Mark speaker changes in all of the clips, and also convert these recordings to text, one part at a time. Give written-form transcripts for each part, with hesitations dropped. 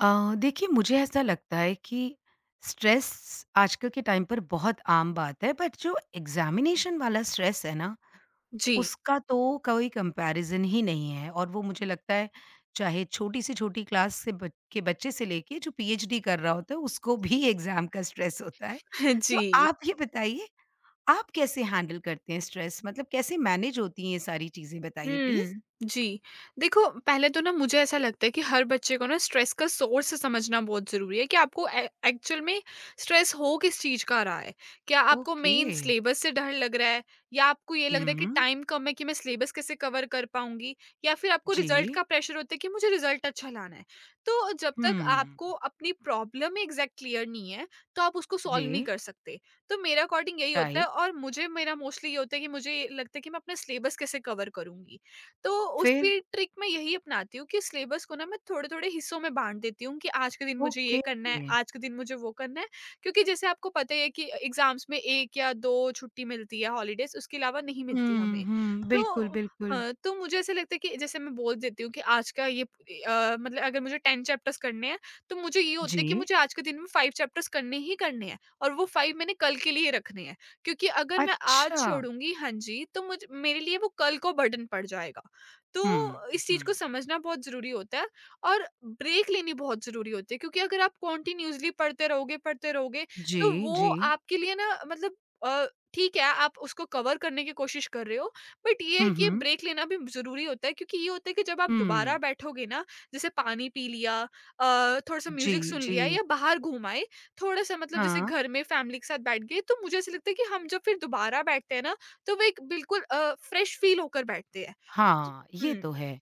Speaker 1: देखिए मुझे ऐसा लगता है कि स्ट्रेस आजकल के टाइम पर बहुत आम बात है बट जो एग्ज़ामिनेशन वाला स्ट्रेस है ना,
Speaker 2: जी,
Speaker 1: उसका तो कोई कंपैरिज़न ही नहीं है और वो मुझे लगता है चाहे छोटी से छोटी क्लास से बच के बच्चे से लेके जो पीएचडी कर रहा होता है उसको भी एग्ज़ाम का स्ट्रेस होता है। तो
Speaker 2: जी।
Speaker 1: आप ये बताइए आप कैसे हैंडल करते हैं स्ट्रेस मतलब कैसे मैनेज होती हैं ये सारी चीज़ें बताइए प्लीज़?
Speaker 2: हुँ, जी। देखो, पहले तो ना मुझे ऐसा लगता है कि हर बच्चे को ना स्ट्रेस का सोर्स समझना बहुत ज़रूरी है कि आपको ए एक्चुअल में स्ट्रेस हो किस चीज़ का रहा है। क्या आपको
Speaker 1: ओके।
Speaker 2: मेन सिलेबस से डर लग रहा है या आपको ये लग रहा है कि
Speaker 1: हुँ,
Speaker 2: टाइम कम है कि मैं सिलेबस कैसे कवर कर पाऊँगी या फिर आपको रिज़ल्ट
Speaker 1: जी।
Speaker 2: का प्रेशर होता है कि मुझे रिज़ल्ट अच्छा लाना है। तो जब
Speaker 1: हुँ,
Speaker 2: तक आपको अपनी प्रॉब्लम एग्ज़ैक्ट क्लियर नहीं है, तो आप उसको सॉल्व नहीं
Speaker 1: जी,
Speaker 2: कर सकते। तो मेरे अकॉर्डिंग यही होता है
Speaker 1: राइट।
Speaker 2: और मुझे मेरा मोस्टली ये होता है कि मुझे ये लगता है कि मैं अपना सिलेबस कैसे कवर करूंगी। तो
Speaker 1: फिर?
Speaker 2: उसकी ट्रिक मैं यही अपनाती हूँ कि सिलेबस को ना मैं थोड़े थोड़े हिस्सों में बांट देती हूँ कि आज के दिन मुझे ये
Speaker 1: ओके।
Speaker 2: करना है, आज के दिन मुझे वो करना है, क्योंकि जैसे आपको पता ही है कि एग्जाम्स में एक या दो छुट्टी मिलती है, हॉलीडेज, उसके अलावा नहीं मिलती हमें।
Speaker 1: हुँ, हुँ, बिल्कुल,
Speaker 2: तो
Speaker 1: बिल्कुल।
Speaker 2: हाँ, तो मुझे ऐसे लगता है कि जैसे मैं बोल देती हूँ कि आज का ये मतलब अगर मुझे 10 चैप्टर्स करने हैं तो मुझे ये होता है
Speaker 1: जी।
Speaker 2: कि मुझे आज के दिन में 5 चैप्टर्स करने ही करने हैं और वो 5 मैंने कल के लिए रखने हैं, क्योंकि अगर मैं आज
Speaker 1: अच्छा!
Speaker 2: छोड़ूँगी हाँ जी, तो मुझ मेरे लिए वो कल को बर्डन पड़ जाएगा।
Speaker 1: हुँ,
Speaker 2: तो इस चीज़ को
Speaker 1: हुँ।
Speaker 2: समझना बहुत ज़रूरी होता है और ब्रेक लेनी बहुत ज़रूरी होती है क्योंकि अगर आप कंटिन्यूअसली पढ़ते रहोगे, पढ़ते रहोगे,
Speaker 1: जी,
Speaker 2: तो वो
Speaker 1: जी।
Speaker 2: आपके लिए ना मतलब अ, ठीक है आप उसको कवर करने की कोशिश कर रहे हो, बट ये है
Speaker 1: हुँ,
Speaker 2: कि
Speaker 1: हुँ,
Speaker 2: ब्रेक लेना भी ज़रूरी होता है क्योंकि ये होता है कि जब आप दोबारा
Speaker 1: हुँ।
Speaker 2: बैठोगे ना, जैसे पानी पी लिया, थोड़ा-सा
Speaker 1: जी,
Speaker 2: म्यूज़िक सुन
Speaker 1: जी।
Speaker 2: लिया या बाहर घूम आए, थोड़ा-सा मतलब जैसे
Speaker 1: हाँ।
Speaker 2: घर में फैमिली के साथ बैठ गए, तो मुझे ऐसा लगता है कि हम जब फिर दोबारा बैठते हैं ना, तो वो एक बिल्कुल फ्रेश फ़ील होकर बैठते हैं।
Speaker 1: हाँ, ये
Speaker 2: हुँ,
Speaker 1: तो है।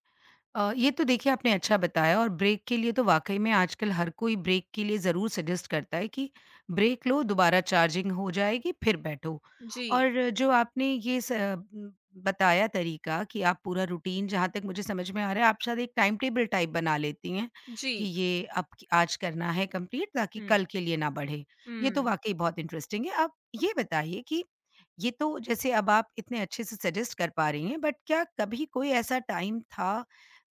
Speaker 1: ये तो देखिए आपने अच्छा बताया और ब्रेक के लिए तो वाक़ई में आजकल हर कोई ब्रेक के लिए ज़रूर सजेस्ट करता है कि ब्रेक लो, दोबारा चार्जिंग हो जाएगी, फिर बैठो।
Speaker 2: जी,
Speaker 1: और जो आपने ये बताया तरीका कि आप पूरा रूटीन जहाँ तक मुझे समझ में आ रहा है, आप शायद एक टाइम टेबल टाइप बना लेती हैं
Speaker 2: जी।
Speaker 1: कि ये अब क आज करना है कंप्लीट ताकि
Speaker 2: हुँ,
Speaker 1: कल के लिए ना बढ़े। ये तो
Speaker 2: हुँ।
Speaker 1: वाक़ई बहुत इंटरेस्टिंग है। आप ये बताइए कि ये तो जैसे अब आप इतने अच्छे से सजेस्ट कर पा रही हैं, बट क्या कभी कोई ऐसा टाइम था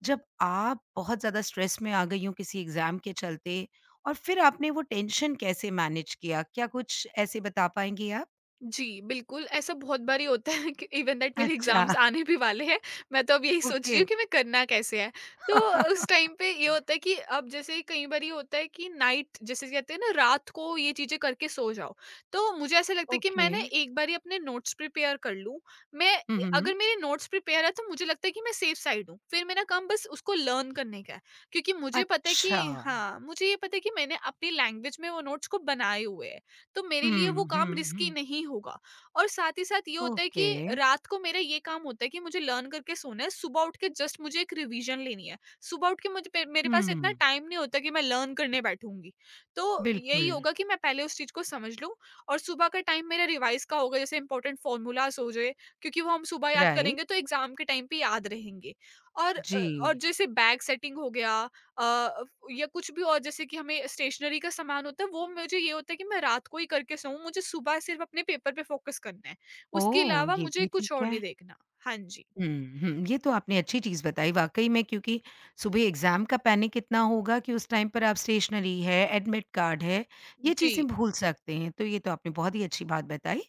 Speaker 1: जब आप बहुत ज़्यादा स्ट्रेस में आ गई हों किसी एग्ज़ाम के चलते और फिर आपने वो टेंशन कैसे मैनेज किया? क्या कुछ ऐसे बता पाएँगी आप?
Speaker 2: जी, बिल्कुल, ऐसा बहुत बारी होता है कि इवन दैट मेरे
Speaker 1: अच्छा,
Speaker 2: एग्ज़ाम्स आने भी वाले हैं, मैं तो अब यही सोच
Speaker 1: ओके।
Speaker 2: रही हूँ कि मैं करना कैसे है। तो उस टाइम पे ये होता है कि अब जैसे कई बारी होता है कि नाइट जैसे कहते हैं ना रात को ये चीज़ें करके सो जाओ, तो मुझे ऐसा लगता है कि मैं
Speaker 1: ओके।
Speaker 2: ना एक बारी अपने नोट्स प्रिपेयर कर लूँ। मैं
Speaker 1: हुँ, हुँ।
Speaker 2: अगर मेरे नोट्स प्रिपेयर है तो मुझे लगता है कि मैं सेफ साइड हूँ, फिर मेरा काम बस उसको लर्न करने का है, क्योंकि मुझे पता है
Speaker 1: अच्छा।
Speaker 2: कि हाँ, मुझे ये पता है कि मैंने अपनी लैंग्वेज में वो नोट्स को बनाए हुए हैं। तो मेरे लिए वो
Speaker 1: हुँ,
Speaker 2: काम
Speaker 1: हुँ,
Speaker 2: रिस्की
Speaker 1: हुँ।
Speaker 2: नहीं होगा और साथ ही साथ ये होता है
Speaker 1: ओके।
Speaker 2: कि रात को मेरा ये काम होता है कि मुझे लर्न करके सोना है, सुबह उठ के जस्ट मुझे एक रिवीजन लेनी है। सुबह उठ के मेरे पास इतना
Speaker 1: हुँ,
Speaker 2: टाइम नहीं होता कि मैं लर्न करने बैठूंगी, तो यही
Speaker 1: बिल्कुल।
Speaker 2: होगा कि मैं पहले उस चीज को समझ लूँ और सुबह का टाइम मेरा रिवाइज का होगा, जैसे इंपॉर्टेंट फॉर्मूलाज हो जाए, क्योंकि वो हम सुबह याद
Speaker 1: राइट।
Speaker 2: करेंगे तो एग्जाम के टाइम पे याद रहेंगे। और
Speaker 1: जी।
Speaker 2: जैसे बैग सेटिंग हो गया, अ, या कुछ भी और जैसे कि हमें स्टेशनरी का सामान होता है, वो मुझे ये होता है कि मैं रात को ही करके सोऊँ, मुझे सुबह सिर्फ़ अपने पेपर पे फ़ोकस करना है। उसके
Speaker 1: ओह!
Speaker 2: अलावा
Speaker 1: ये
Speaker 2: मुझे
Speaker 1: भी
Speaker 2: कुछ
Speaker 1: ठीक
Speaker 2: और
Speaker 1: है।
Speaker 2: नहीं देखना। हाँ जी।
Speaker 1: हुँ, हुँ। ये तो आपने अच्छी चीज़ बताई वाक़ई में क्योंकि सुबह एग्ज़ाम का पैनिक इतना होगा कि उस टाइम पर आप स्टेशनरी है, एडमिट कार्ड है, ये
Speaker 2: जी।
Speaker 1: चीज़ें भूल सकते हैं। तो ये तो आपने बहुत ही अच्छी बात बताई।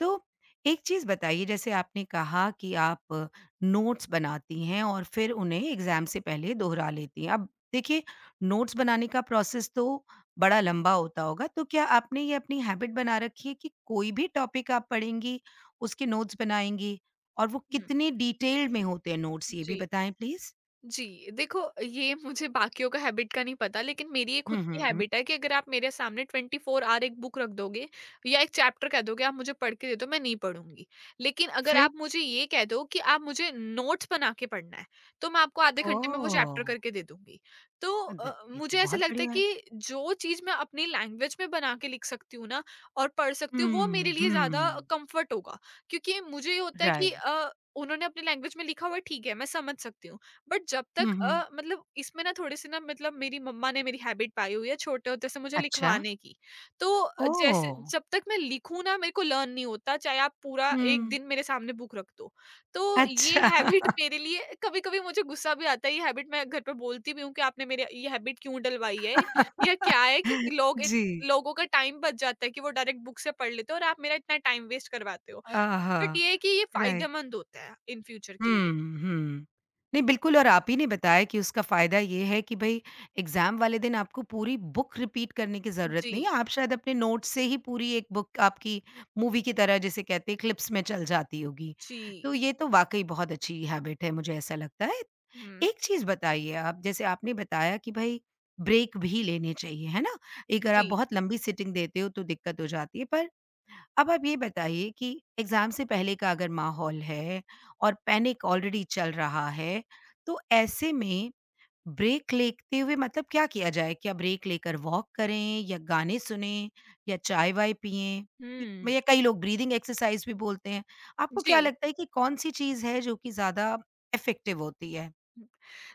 Speaker 1: तो एक चीज़ बताइए जैसे आपने कहा कि आप नोट्स बनाती हैं और फिर उन्हें एग्ज़ाम से पहले दोहरा लेती हैं। अब देखिए नोट्स बनाने का प्रोसेस तो बड़ा लंबा होता होगा, तो क्या आपने ये अपनी हैबिट बना रखी है कि कोई भी टॉपिक आप पढ़ेंगी, उसके नोट्स बनाएँगी? और वो
Speaker 2: हुँ।
Speaker 1: कितने डिटेल्ड में होते हैं नोट्स ये भी
Speaker 2: जी।
Speaker 1: बताएँ प्लीज़?
Speaker 2: जी, देखो ये मुझे बाकियों का हैबिट का नहीं पता लेकिन मेरी ये खुद
Speaker 1: हुँ,
Speaker 2: की
Speaker 1: हुँ।
Speaker 2: हैबिट है कि अगर आप मेरे सामने 24 आवर एक बुक रख दोगे या एक चैप्टर कह दोगे आप मुझे पढ़ के दे दो, मैं नहीं पढ़ूँगी। लेकिन अगर
Speaker 1: फिर
Speaker 2: आप मुझे ये कह दो कि आप मुझे नोट्स बना के पढ़ना है, तो मैं आपको आधे घंटे में वो
Speaker 1: ओह!
Speaker 2: चैप्टर करके दे दूँगी। तो
Speaker 1: द ये तो
Speaker 2: मुझे ऐसा
Speaker 1: बहुत
Speaker 2: लगता है
Speaker 1: बढ़िया है।
Speaker 2: कि जो चीज़ मैं अपनी लैंग्वेज में बना के लिख सकती हूँ ना और पढ़ सकती हूँ, वो मेरे
Speaker 1: हुँ,
Speaker 2: लिए ज़्यादा
Speaker 1: हुँ।
Speaker 2: कम्फर्ट होगा। क्योंकि मुझे ये होता है कि
Speaker 1: राइट।
Speaker 2: उन्होंने अपनी लैंग्वेज में लिखा हुआ है ठीक है, मैं समझ सकती हूँ। बट जब
Speaker 1: हुँ,
Speaker 2: तक
Speaker 1: हुँ।
Speaker 2: मतलब इसमें ना थोड़े से ना मतलब मेरी मम्मा ने मेरी हैबिट पाई हुई है छोटे होते से मुझे
Speaker 1: अच्छा,
Speaker 2: लिखवाने की। तो जैसे
Speaker 1: ओह!
Speaker 2: जब तक मैं लिखूँ ना मेरे को लर्न नहीं होता, चाहे आप पूरा 1
Speaker 1: हुँ।
Speaker 2: दिन मेरे सामने बुक रख दो। तो ये
Speaker 1: अच्छा।
Speaker 2: हैबिट मेरे लिए कभी-कभी मुझे गुस्सा भी आता है, ये हैबिट मैं घर पे बोलती भी हूँ कि आपने मेरे ये हैबिट क्यों डलवाई है? या क्या है कि
Speaker 1: जी।
Speaker 2: लोगों का टाइम बच जाता है कि वो डायरेक्ट बुक से पढ़ लेते हैं और आप मेरा इतना टाइम वेस्ट करवाते हो।
Speaker 1: आहा!
Speaker 2: बट ये है कि ये
Speaker 1: राइट।
Speaker 2: फ़ायदेमंद होता है इन फ्यूचर के लिए।
Speaker 1: हुँ, हुँ। नहीं बिल्कुल और आप ही ने बताया कि उसका फ़ायदा ये है कि भई एग्ज़ाम वाले दिन आपको पूरी बुक रिपीट करने की ज़रूरत
Speaker 2: जी,
Speaker 1: नहीं है, आप शायद अपने नोट्स से ही पूरी एक बुक आपकी मूवी की तरह जिसे कहते हैं क्लिप्स में चल जाती होगी।
Speaker 2: जी।
Speaker 1: तो ये तो वाक़ई बहुत अच्छी हैबिट है मुझे ऐसा लगता है।
Speaker 2: हुँ,
Speaker 1: एक चीज़ बताइए आप जैसे आपने बताया कि भई ब्रेक भी लेने चाहिए, है ना? एक अगर आप
Speaker 2: जी।
Speaker 1: बहुत लंबी सिटिंग देते हो तो दिक्कत हो जाती है पर अब आप ये बताइए कि एग्ज़ाम से पहले का अगर माहौल है और पैनिक ऑलरेडी चल रहा है, तो ऐसे में ब्रेक लेते हुए मतलब क्या किया जाए? क्या ब्रेक लेकर वॉक करें या गाने सुनें या चाय-वाय पिएँ? इ
Speaker 2: हुँ,
Speaker 1: भैया कई लोग ब्रीथिंग एक्सरसाइज़ भी बोलते हैं। आपको
Speaker 2: जी।
Speaker 1: क्या लगता है कि कौन-सी चीज़ है जो कि ज़्यादा इफ़ेक्टिव होती है?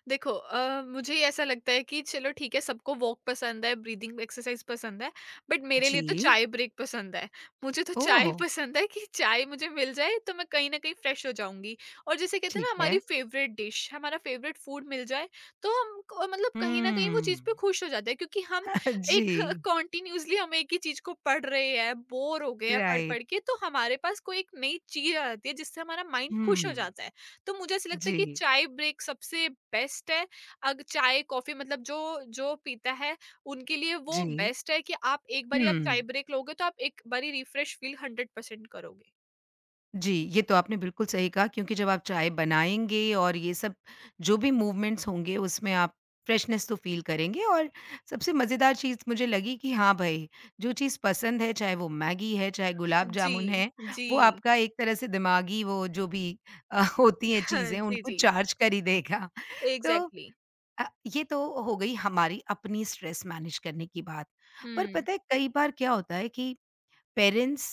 Speaker 2: देखो मुझे ये ऐसा लगता है कि चलो ठीक है, सबको वॉक पसंद है, ब्रीदिंग एक्सरसाइज पसंद है, बट मेरे लिए तो
Speaker 1: जी।
Speaker 2: चाय ब्रेक पसंद है, मुझे तो
Speaker 1: ओह!
Speaker 2: चाय पसंद है कि चाय मुझे मिल जाए तो मैं कहीं ना कहीं फ्रेश हो जाऊंगी और जैसे कहते हैं
Speaker 1: ठीक
Speaker 2: ना
Speaker 1: है।
Speaker 2: हमारी फेवरेट डिश हमारा फेवरेट फूड मिल जाए, तो हम मतलब
Speaker 1: हुँ।
Speaker 2: कहीं ना कहीं वो चीज़ पे खुश हो जाते हैं, क्योंकि हम
Speaker 1: जी,
Speaker 2: एक कॉन्टिन्यूसली हम एक ही चीज़ को पढ़ रहे हैं, बोर हो गए हैं पढ़
Speaker 1: राइट।
Speaker 2: पढ़ के, तो हमारे पास कोई एक नई चीज़ आ जाती है जिससे हमारा माइंड खुश हो
Speaker 1: हुँ।
Speaker 2: जाता है। तो मुझे ऐसा लगता है कि
Speaker 1: जी,
Speaker 2: चाय ब्रेक सबसे बेस्ट है। अग चाय, कॉफ़ी मतलब जो जो पीता है उनके लिए वो
Speaker 1: जी।
Speaker 2: बेस्ट है कि आप एक बारी आप
Speaker 1: हुँ।
Speaker 2: चाय ब्रेक लोगे तो आप एक बारी रिफ्रेश फील 100% करोगे।
Speaker 1: जी, ये तो आपने बिल्कुल सही कहा क्योंकि जब आप चाय बनाएँगे और ये सब जो भी मूवमेंट्स होंगे उसमें आप फ्रेशनेस तो फ़ील करेंगे और सबसे मज़ेदार चीज़ मुझे लगी कि हाँ भई, जो चीज़ पसंद है चाहे वो मैगी है, चाहे गुलाब जामुन
Speaker 2: जी,
Speaker 1: है,
Speaker 2: जी।
Speaker 1: वो आपका एक तरह से दिमागी वो जो भी होती हैं चीज़ें
Speaker 2: जी,
Speaker 1: उनको
Speaker 2: जी।
Speaker 1: चार्ज कर ही देगा। तो
Speaker 2: एग्ज़ैक्टली।
Speaker 1: अ, ये तो हो गई हमारी अपनी स्ट्रेस मैनेज करने की बात। पर
Speaker 2: हुँ,
Speaker 1: पता है कई बार क्या होता है कि पेरेंट्स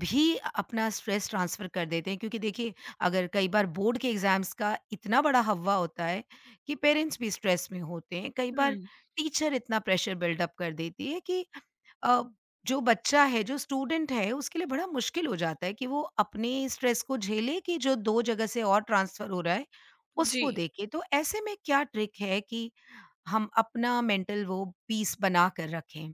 Speaker 1: भी अपना स्ट्रेस ट्रांसफ़र कर देते हैं क्योंकि देखिए, अगर कई बार बोर्ड के एग्ज़ाम्स का इतना बड़ा हव्वा होता है कि पेरेंट्स भी स्ट्रेस में होते हैं। कई बार
Speaker 2: हुँ।
Speaker 1: टीचर इतना प्रेशर बिल्ड अप कर देती है कि अ, जो बच्चा है, जो स्टूडेंट है, उसके लिए बड़ा मुश्किल हो जाता है कि वो अपने स्ट्रेस को झेले कि जो 2 जगह से और ट्रांसफ़र हो रहा है,
Speaker 2: जी।
Speaker 1: उसको देखे। तो ऐसे में क्या ट्रिक है कि हम अपना मेंटल वो पीस बना कर रखें?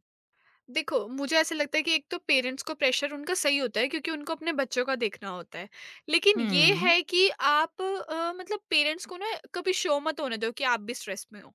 Speaker 2: देखो, मुझे ऐसा लगता है कि एक तो पेरेंट्स को प्रेशर उनका सही होता है क्योंकि उनको अपने बच्चों का देखना होता है। लेकिन ये
Speaker 1: हुँ,
Speaker 2: है कि आप मतलब पेरेंट्स को ना कभी शो मत होने दो कि आप भी स्ट्रेस में हो।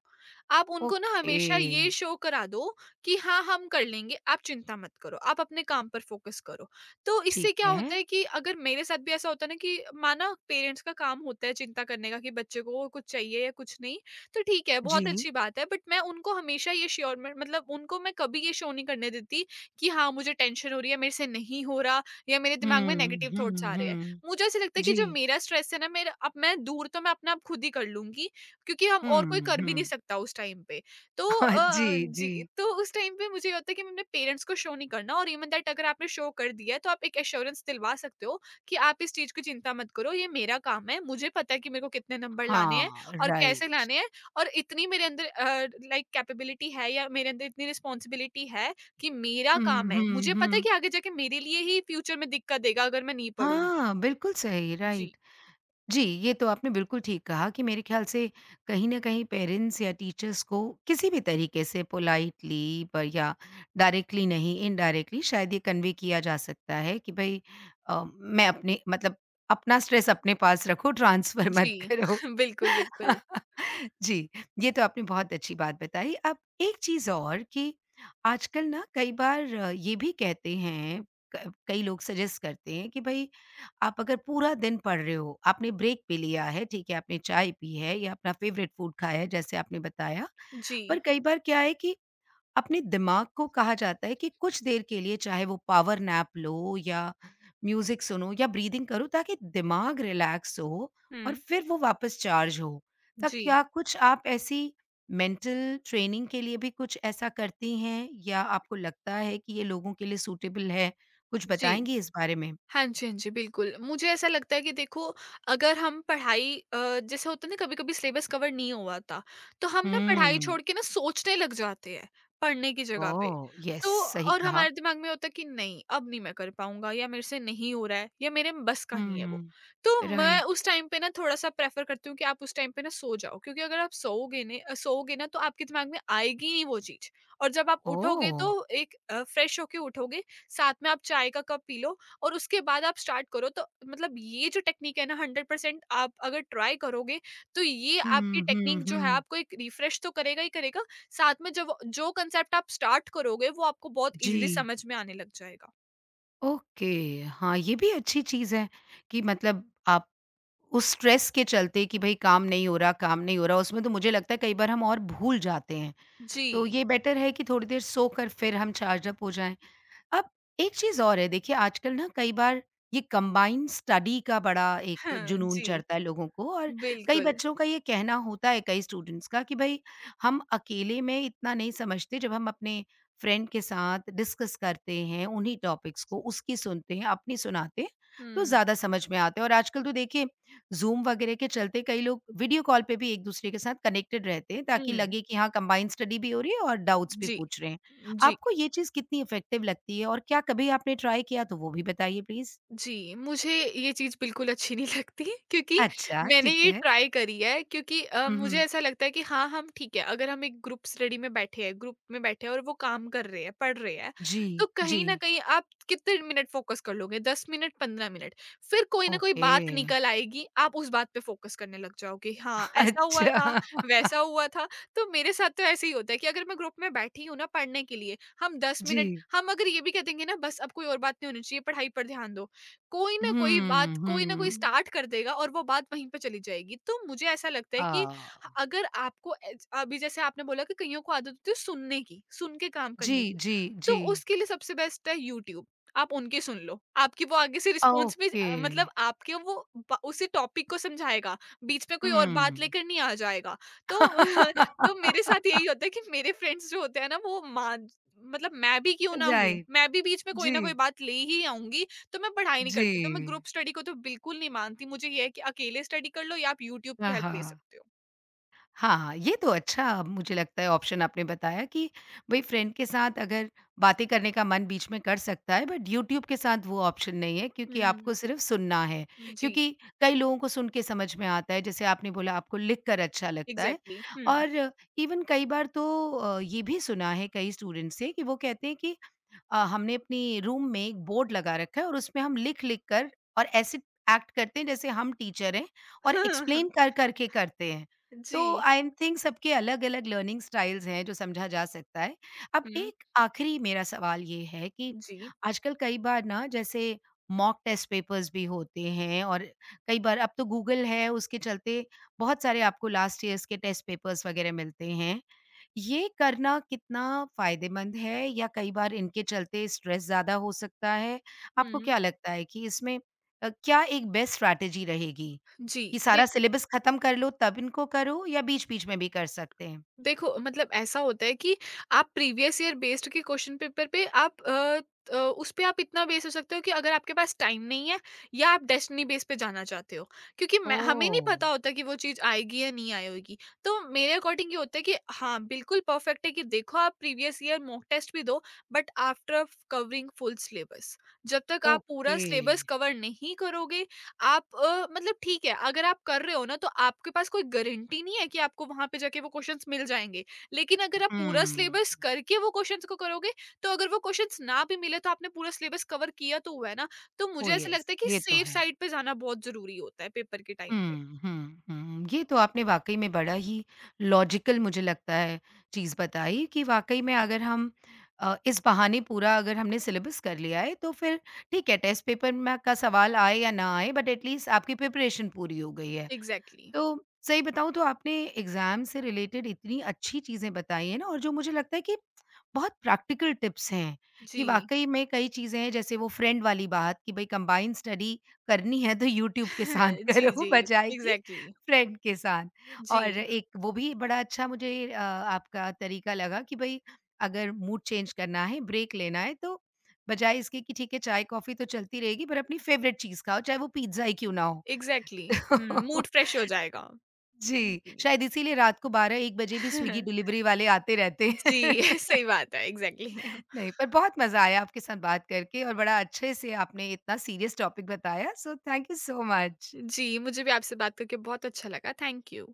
Speaker 2: आप उनको ना
Speaker 1: ओके,
Speaker 2: हमेशा ये शो करा दो कि हाँ, हम कर लेंगे, आप चिंता मत करो, आप अपने काम पर फोकस करो। तो इससे
Speaker 1: ठीक
Speaker 2: क्या
Speaker 1: है।
Speaker 2: होता है कि अगर मेरे साथ भी ऐसा होता है ना कि माना पेरेंट्स का काम होता है चिंता करने का कि बच्चे को कुछ चाहिए या कुछ नहीं, तो ठीक है, बहुत
Speaker 1: जी।
Speaker 2: अच्छी बात है, बट मैं उनको हमेशा ये श्योर में मतलब उनको मैं कभी ये शो नहीं करने देती कि हाँ, मुझे टेंशन हो रही है, मेरे से नहीं हो रहा या मेरे दिमाग में
Speaker 1: हुँ,
Speaker 2: नेगेटिव थॉट्स
Speaker 1: हुँ,
Speaker 2: आ रहे हैं।
Speaker 1: हुँ।
Speaker 2: मुझे ऐसा लगता है कि
Speaker 1: जी।
Speaker 2: जो मेरा स्ट्रेस है ना मेरा, अब मैं दूर तो मैं अपने आप खुद ही कर लूँगी, क्योंकि हम और कोई
Speaker 1: हुँ,
Speaker 2: कर भी नहीं
Speaker 1: हुँ।
Speaker 2: सकता उस टाइम पे। तो
Speaker 1: हाँ, जी,
Speaker 2: जी,
Speaker 1: जी।
Speaker 2: तो उस टाइम पे मुझे ये होता है कि अपने पेरेंट्स को शो नहीं करना और इवन दैट अगर आपने शो कर दिया है, तो आप एक एश्योरेंस दिलवा सकते हो कि आप इस चीज़ की चिंता मत करो, ये मेरा काम है, मुझे पता है कि मेरे को कितने नंबर लाने हैं
Speaker 1: हाँ,
Speaker 2: और कैसे
Speaker 1: राइट।
Speaker 2: लाने हैं और इतनी मेरे अंदर लाइक कैपेबिलिटी है या मेरे अंदर इतनी रिस्पॉन्सिबिलिटी है कि मेरा
Speaker 1: हुँ,
Speaker 2: काम है।
Speaker 1: हुँ,
Speaker 2: मुझे पता है
Speaker 1: हुँ।
Speaker 2: कि आगे जाके मेरे लिए ही फ्यूचर में दिक्कत देगा अगर मैं नहीं पढ़ूँगी।
Speaker 1: हाँ, बिल्कुल सही,
Speaker 2: जी।
Speaker 1: राइट। जी, ये तो आपने बिल्कुल ठीक कहा कि मेरे ख़्याल से कहीं न कहीं पेरेंट्स या टीचर्स को किसी भी तरीके से पोलाइटली प या डायरेक्टली नहीं, इनडायरेक्टली शायद ये कन्वे किया जा सकता है कि भई मैं अपने मतलब अपना स्ट्रेस अपने पास रखो, ट्रांसफ़र
Speaker 2: जी।
Speaker 1: मत करो।
Speaker 2: बिल्कुल, बिल्कुल।
Speaker 1: जी, ये तो आपने बहुत अच्छी बात बताई। अब एक चीज़ और कि आजकल ना कई बार ये भी कहते हैं, क कई लोग सजेस्ट करते हैं कि भई आप अगर पूरा दिन पढ़ रहे हो, आपने ब्रेक भी लिया है, ठीक है, आपने चाय पी है या अपना फ़ेवरेट फूड खाया है जैसे आपने बताया।
Speaker 2: जी।
Speaker 1: पर कई बार क्या है कि अपने दिमाग को कहा जाता है कि कुछ देर के लिए चाहे वो पावर नैप लो या म्यूज़िक सुनो या ब्रीदिंग करो ताकि दिमाग रिलैक्स हो और
Speaker 2: हुँ।
Speaker 1: फिर वो वापस चार्ज हो। तो
Speaker 2: जी।
Speaker 1: क्या कुछ आप ऐसी मेंटल ट्रेनिंग के लिए भी कुछ ऐसा करती हैं या आपको लगता है कि ये लोगों के लिए सूटेबल है? कुछ
Speaker 2: जी।
Speaker 1: बताएँगी इस बारे में?
Speaker 2: हाँ जी, हाँ जी, बिल्कुल। मुझे ऐसा लगता है कि देखो अगर हम पढ़ाई जैसे होता है ना कभी-कभी सिलेबस कवर नहीं हुआ होता, तो हम ना पढ़ाई
Speaker 1: हुँ।
Speaker 2: छोड़ के ना सोचने लग जाते हैं, पढ़ने की जगह पे।
Speaker 1: ओह! यस,
Speaker 2: तो
Speaker 1: सही
Speaker 2: और
Speaker 1: कहा।
Speaker 2: हमारे दिमाग में होता है कि नहीं, अब नहीं मैं कर पाऊँगा या मेरे से नहीं हो रहा है या मेरे बस का नहीं है वो।
Speaker 1: हुँ।
Speaker 2: तो मैं
Speaker 1: राइट।
Speaker 2: उस टाइम पे ना थोड़ा-सा प्रेफ़र करती हूँ कि आप उस टाइम पे ना सो जाओ, क्योंकि अगर आप सोओगे ना तो आपके दिमाग में आएगी ही नहीं वो चीज़, और जब आप उठोगे
Speaker 1: ओह!
Speaker 2: तो एक फ्रेश होके उठोगे, साथ में आप चाय का कप पी लो और उसके बाद आप स्टार्ट करो, तो मतलब ये जो टेक्नीक है ना 100% आप अगर ट्राई करोगे तो ये आपकी
Speaker 1: हुँ, हुँ,
Speaker 2: टेक्नीक जो है
Speaker 1: हुँ।
Speaker 2: आपको एक रिफ्रेश तो करेगा ही करेगा, साथ में जब जो कंसेप्ट आप स्टार्ट करोगे वो आपको बहुत इजीली
Speaker 1: जी,
Speaker 2: समझ में आने लग जाएगा।
Speaker 1: ओके। हाँ, ये भी अच्छी चीज़ है कि मतलब आप उस स्ट्रेस के चलते कि भई काम नहीं हो रहा, काम नहीं हो रहा, उसमें तो मुझे लगता है कई बार हम और भूल जाते हैं। तो
Speaker 2: जी।
Speaker 1: ये बेटर है कि थोड़ी देर सोकर फिर हम चार्ज अप हो जाएँ। अब एक चीज़ और है देखिए आजकल ना कई बार ये कंबाइंड स्टडी का बड़ा एक
Speaker 2: हाँ,
Speaker 1: जुनून
Speaker 2: जी।
Speaker 1: चढ़ता है लोगों को और कई
Speaker 2: बिल्कुल।
Speaker 1: बच्चों का ये कहना होता है कई स्टूडेंट्स का कि भाई हम अकेले में इतना नहीं समझते जब हम अपने फ्रेंड के साथ डिस्कस करते हैं उन्हीं टॉपिक्स को उसकी सुनते हैं अपनी सुनाते हैं तो
Speaker 2: हुँ,
Speaker 1: ज़्यादा समझ में आते हैं और आजकल तो देखिए जूम वगैरह के चलते कई लोग वीडियो कॉल पे भी एक दूसरे के साथ कनेक्टेड रहते हैं ताकि
Speaker 2: हुँ।
Speaker 1: लगे कि हाँ कंबाइंड स्टडी भी हो रही है और डाउट्स भी
Speaker 2: जी।
Speaker 1: पूछ रहे हैं
Speaker 2: जी।
Speaker 1: आपको ये चीज़ कितनी इफ़ेक्टिव लगती है और क्या कभी आपने ट्राई किया तो वो भी बताइए प्लीज़?
Speaker 2: जी, मुझे ये चीज़ बिल्कुल अच्छी नहीं लगती क्योंकि
Speaker 1: अच्छा,
Speaker 2: मैंने
Speaker 1: ठीक
Speaker 2: ये
Speaker 1: है।
Speaker 2: ट्राई करी है क्योंकि
Speaker 1: हुँ,
Speaker 2: मुझे
Speaker 1: हुँ।
Speaker 2: ऐसा लगता है कि हाँ, हम ठीक है, अगर हम एक ग्रुप स्टडी में बैठे हैं, ग्रुप में बैठे हैं और वो काम कर रहे हैं, पढ़ रहे हैं, तो
Speaker 1: जी, जी।
Speaker 2: कहीं न कहीं आप कितने मिनट फ़ोकस कर लोगे? 10 मिनट, 15 मिनट। फिर कोई न कोई
Speaker 1: ओके।
Speaker 2: बात निकल आएगी, आप उस बात पे फ़ोकस करने लग जाओगे, हाँ, ऐसा हुआ था,
Speaker 1: अच्छा।
Speaker 2: वैसा हुआ था। तो मेरे साथ तो ऐसे ही होता है कि अगर मैं ग्रुप में बैठी हूँ ना पढ़ने के लिए, हम 10 मिनट,
Speaker 1: जी।
Speaker 2: हम अगर ये भी कह देंगे ना बस अब कोई और बात नहीं होनी चाहिए, पढ़ाई पर ध्यान दो, कोई ना कोई
Speaker 1: हुँ,
Speaker 2: बात कोई ना कोई
Speaker 1: हुँ।
Speaker 2: स्टार्ट कर देगा और वो बात वहीं पे चली जाएगी। तो मुझे ऐसा लगता है कि
Speaker 1: आह!
Speaker 2: ह अगर आपको एज अभी जैसे आपने बोला कि कइयों को आदत होती है सुनने की, सुन के काम
Speaker 1: जी,
Speaker 2: करने की,
Speaker 1: जी,
Speaker 2: तो
Speaker 1: जी।
Speaker 2: उसके लिए सबसे बेस्ट है यूट्यूब। आप उनकी सुन लो, आपकी वो आगे से रिस्पॉन्स भी
Speaker 1: ओके।
Speaker 2: मतलब आपके वो ब उसी टॉपिक को समझाएगा, बीच में कोई और बात
Speaker 1: हुँ।
Speaker 2: लेकर नहीं आ जाएगा। तो तो मेरे साथ यही होता है कि मेरे फ्रेंड्स जो होते हैं ना वो मान मतलब मैं भी क्यों ना हूँ,
Speaker 1: राइट।
Speaker 2: मैं भी बीच में कोई
Speaker 1: जी,
Speaker 2: ना कोई बात ले ही आऊँगी, तो मैं पढ़ाई नहीं
Speaker 1: जी।
Speaker 2: करती, तो मैं ग्रुप स्टडी को तो बिल्कुल नहीं मानती, मुझे ये है कि अकेले स्टडी कर लो या आप यूट्यूब की
Speaker 1: आहा!
Speaker 2: हेल्प ले सकते हो।
Speaker 1: हाँ, हाँ, ये तो अच्छा मुझे लगता है ऑप्शन आपने बताया कि भई फ्रेंड के साथ अगर बातें करने का मन बीच में कर सकता है बट यूट्यूब के साथ वो ऑप्शन नहीं है क्योंकि
Speaker 2: हुँ,
Speaker 1: आपको सिर्फ़ सुनना है।
Speaker 2: जी,
Speaker 1: क्योंकि कई लोगों को सुन के समझ में आता है जैसे आपने बोला आपको लिख कर अच्छा लगता है
Speaker 2: एग्ज़ैक्टली हुँ।
Speaker 1: और इवन कई बार तो ये भी सुना है कई स्टूडेंट्स से कि वो कहते हैं कि हमने अपने रूम में एक बोर्ड लगा रखा है और उसमें हम लिख-लिख कर और ऐसे एक्ट करते हैं जैसे हम टीचर हैं और एक्सप्लेन कर-कर के करते हैं। तो
Speaker 2: जी,
Speaker 1: आई एम थिंक सबके अलग-अलग लर्निंग स्टाइल्स हैं जो समझा जा सकता है। अब
Speaker 2: हुँ,
Speaker 1: एक आखिरी मेरा सवाल ये है कि
Speaker 2: जी,
Speaker 1: आजकल कई बार ना जैसे मॉक टेस्ट पेपर्स भी होते हैं और कई बार अब तो गूगल है उसके चलते बहुत सारे आपको लास्ट ईयर्स के टेस्ट पेपर्स वगैरह मिलते हैं। ये करना कितना फ़ायदेमंद है या कई बार इनके चलते स्ट्रेस ज़्यादा हो सकता है? आपको
Speaker 2: हुँ,
Speaker 1: क्या लगता है कि इसमें क्या एक बेस्ट स्ट्रैटेजी रहेगी
Speaker 2: जी,
Speaker 1: कि सारा सिलेबस खत्म कर लो तब इनको करो या बीच-बीच में भी कर सकते हैं?
Speaker 2: देखो मतलब ऐसा होता है कि आप प्रीवियस ईयर बेस्ड के क्वेश्चन पेपर पे आप उस पे आप इतना बेस हो सकते हो कि अगर आपके पास टाइम नहीं है या आप डेस्टिनी बेस पे जाना चाहते हो, क्योंकि मैं हमें नहीं
Speaker 1: ओह!
Speaker 2: पता होता कि वो चीज़ आएगी या नहीं आएगी। तो मेरे अकॉर्डिंग ये होता है कि हाँ बिल्कुल परफेक्ट है कि देखो आप प्रीवियस ईयर मॉक टेस्ट भी दो, but after covering full syllabus, जब तक आप पूरा
Speaker 1: ओके।
Speaker 2: सिलेबस कवर नहीं करोगे आप मतलब ठीक है, अगर आप कर रहे हो ना तो आपके पास कोई गारंटी नहीं है कि आपको वहाँ पे जाके वो क्वेश्चंस मिल जाएँगे। लेकिन अगर आप पूरा
Speaker 1: हुँ।
Speaker 2: सिलेबस करके वो क्वेश्चंस को करोगे, तो अगर वो क्वेश्चंस ना भी मिले तो आपने पूरा सिलेबस कवर किया तो हुआ है ना। तो मुझे
Speaker 1: ओह
Speaker 2: ऐसा
Speaker 1: यस!
Speaker 2: लगता है कि
Speaker 1: ये तो
Speaker 2: सेफ
Speaker 1: है।
Speaker 2: साइड पे जाना बहुत ज़रूरी होता है पेपर के टाइम पे।
Speaker 1: हुँ, हुँ, हुँ। ये तो आपने वाक़ई में बड़ा ही लॉजिकल मुझे लगता है चीज़ बताई कि वाक़ई में अगर हम इस बहाने पूरा अगर हमने सिलेबस कर लिया है तो फिर ठीक है टेस्ट पेपर में का सवाल आए या ना आए बट एट लीस्ट आपकी प्रिपरेशन पूरी हो गई है।
Speaker 2: एग्ज़ैक्टली।
Speaker 1: तो सही बताऊँ तो आपने एग्ज़ाम से रिलेटेड इतनी अच्छी चीज़ें बताई हैं ना और जो मुझे लगता है कि बहुत प्रैक्टिकल टिप्स हैं कि
Speaker 2: जी।
Speaker 1: वाक़ई में कई चीज़ें हैं जैसे वो फ्रेंड वाली बात कि भई कंबाइंड स्टडी करनी है तो यूट्यूब के साथ
Speaker 2: जी,
Speaker 1: करो
Speaker 2: जी।
Speaker 1: बजाए कि
Speaker 2: एग्ज़ैक्टली।
Speaker 1: फ्रेंड के साथ।
Speaker 2: जी।
Speaker 1: और एक वो भी बड़ा अच्छा मुझे आपका तरीका लगा कि भई अगर मूड चेंज करना है, ब्रेक लेना है तो बजाए इसके कि ठीक है चाय-कॉफ़ी तो चलती रहेगी पर अपनी फ़ेवरेट चीज़ खाओ, चाहे वो पिज़्ज़ा ही क्यों ना हो।
Speaker 2: एग्ज़ैक्टली। हुँ, मूड फ्रेश हो जाएगा।
Speaker 1: जी,
Speaker 2: जी।
Speaker 1: शायद इसीलिए रात को 12-1 बजे भी स्विगी डिलीवरी वाले आते रहते हैं।
Speaker 2: जी, सही बात है। एग्ज़ैक्टली।
Speaker 1: नहीं, पर बहुत मज़ा आया आपके साथ बात करके और बड़ा अच्छे से आपने इतना सीरियस टॉपिक बताया, so thank you so much.
Speaker 2: जी, मुझे भी आपसे बात करके बहुत अच्छा लगा। Thank you.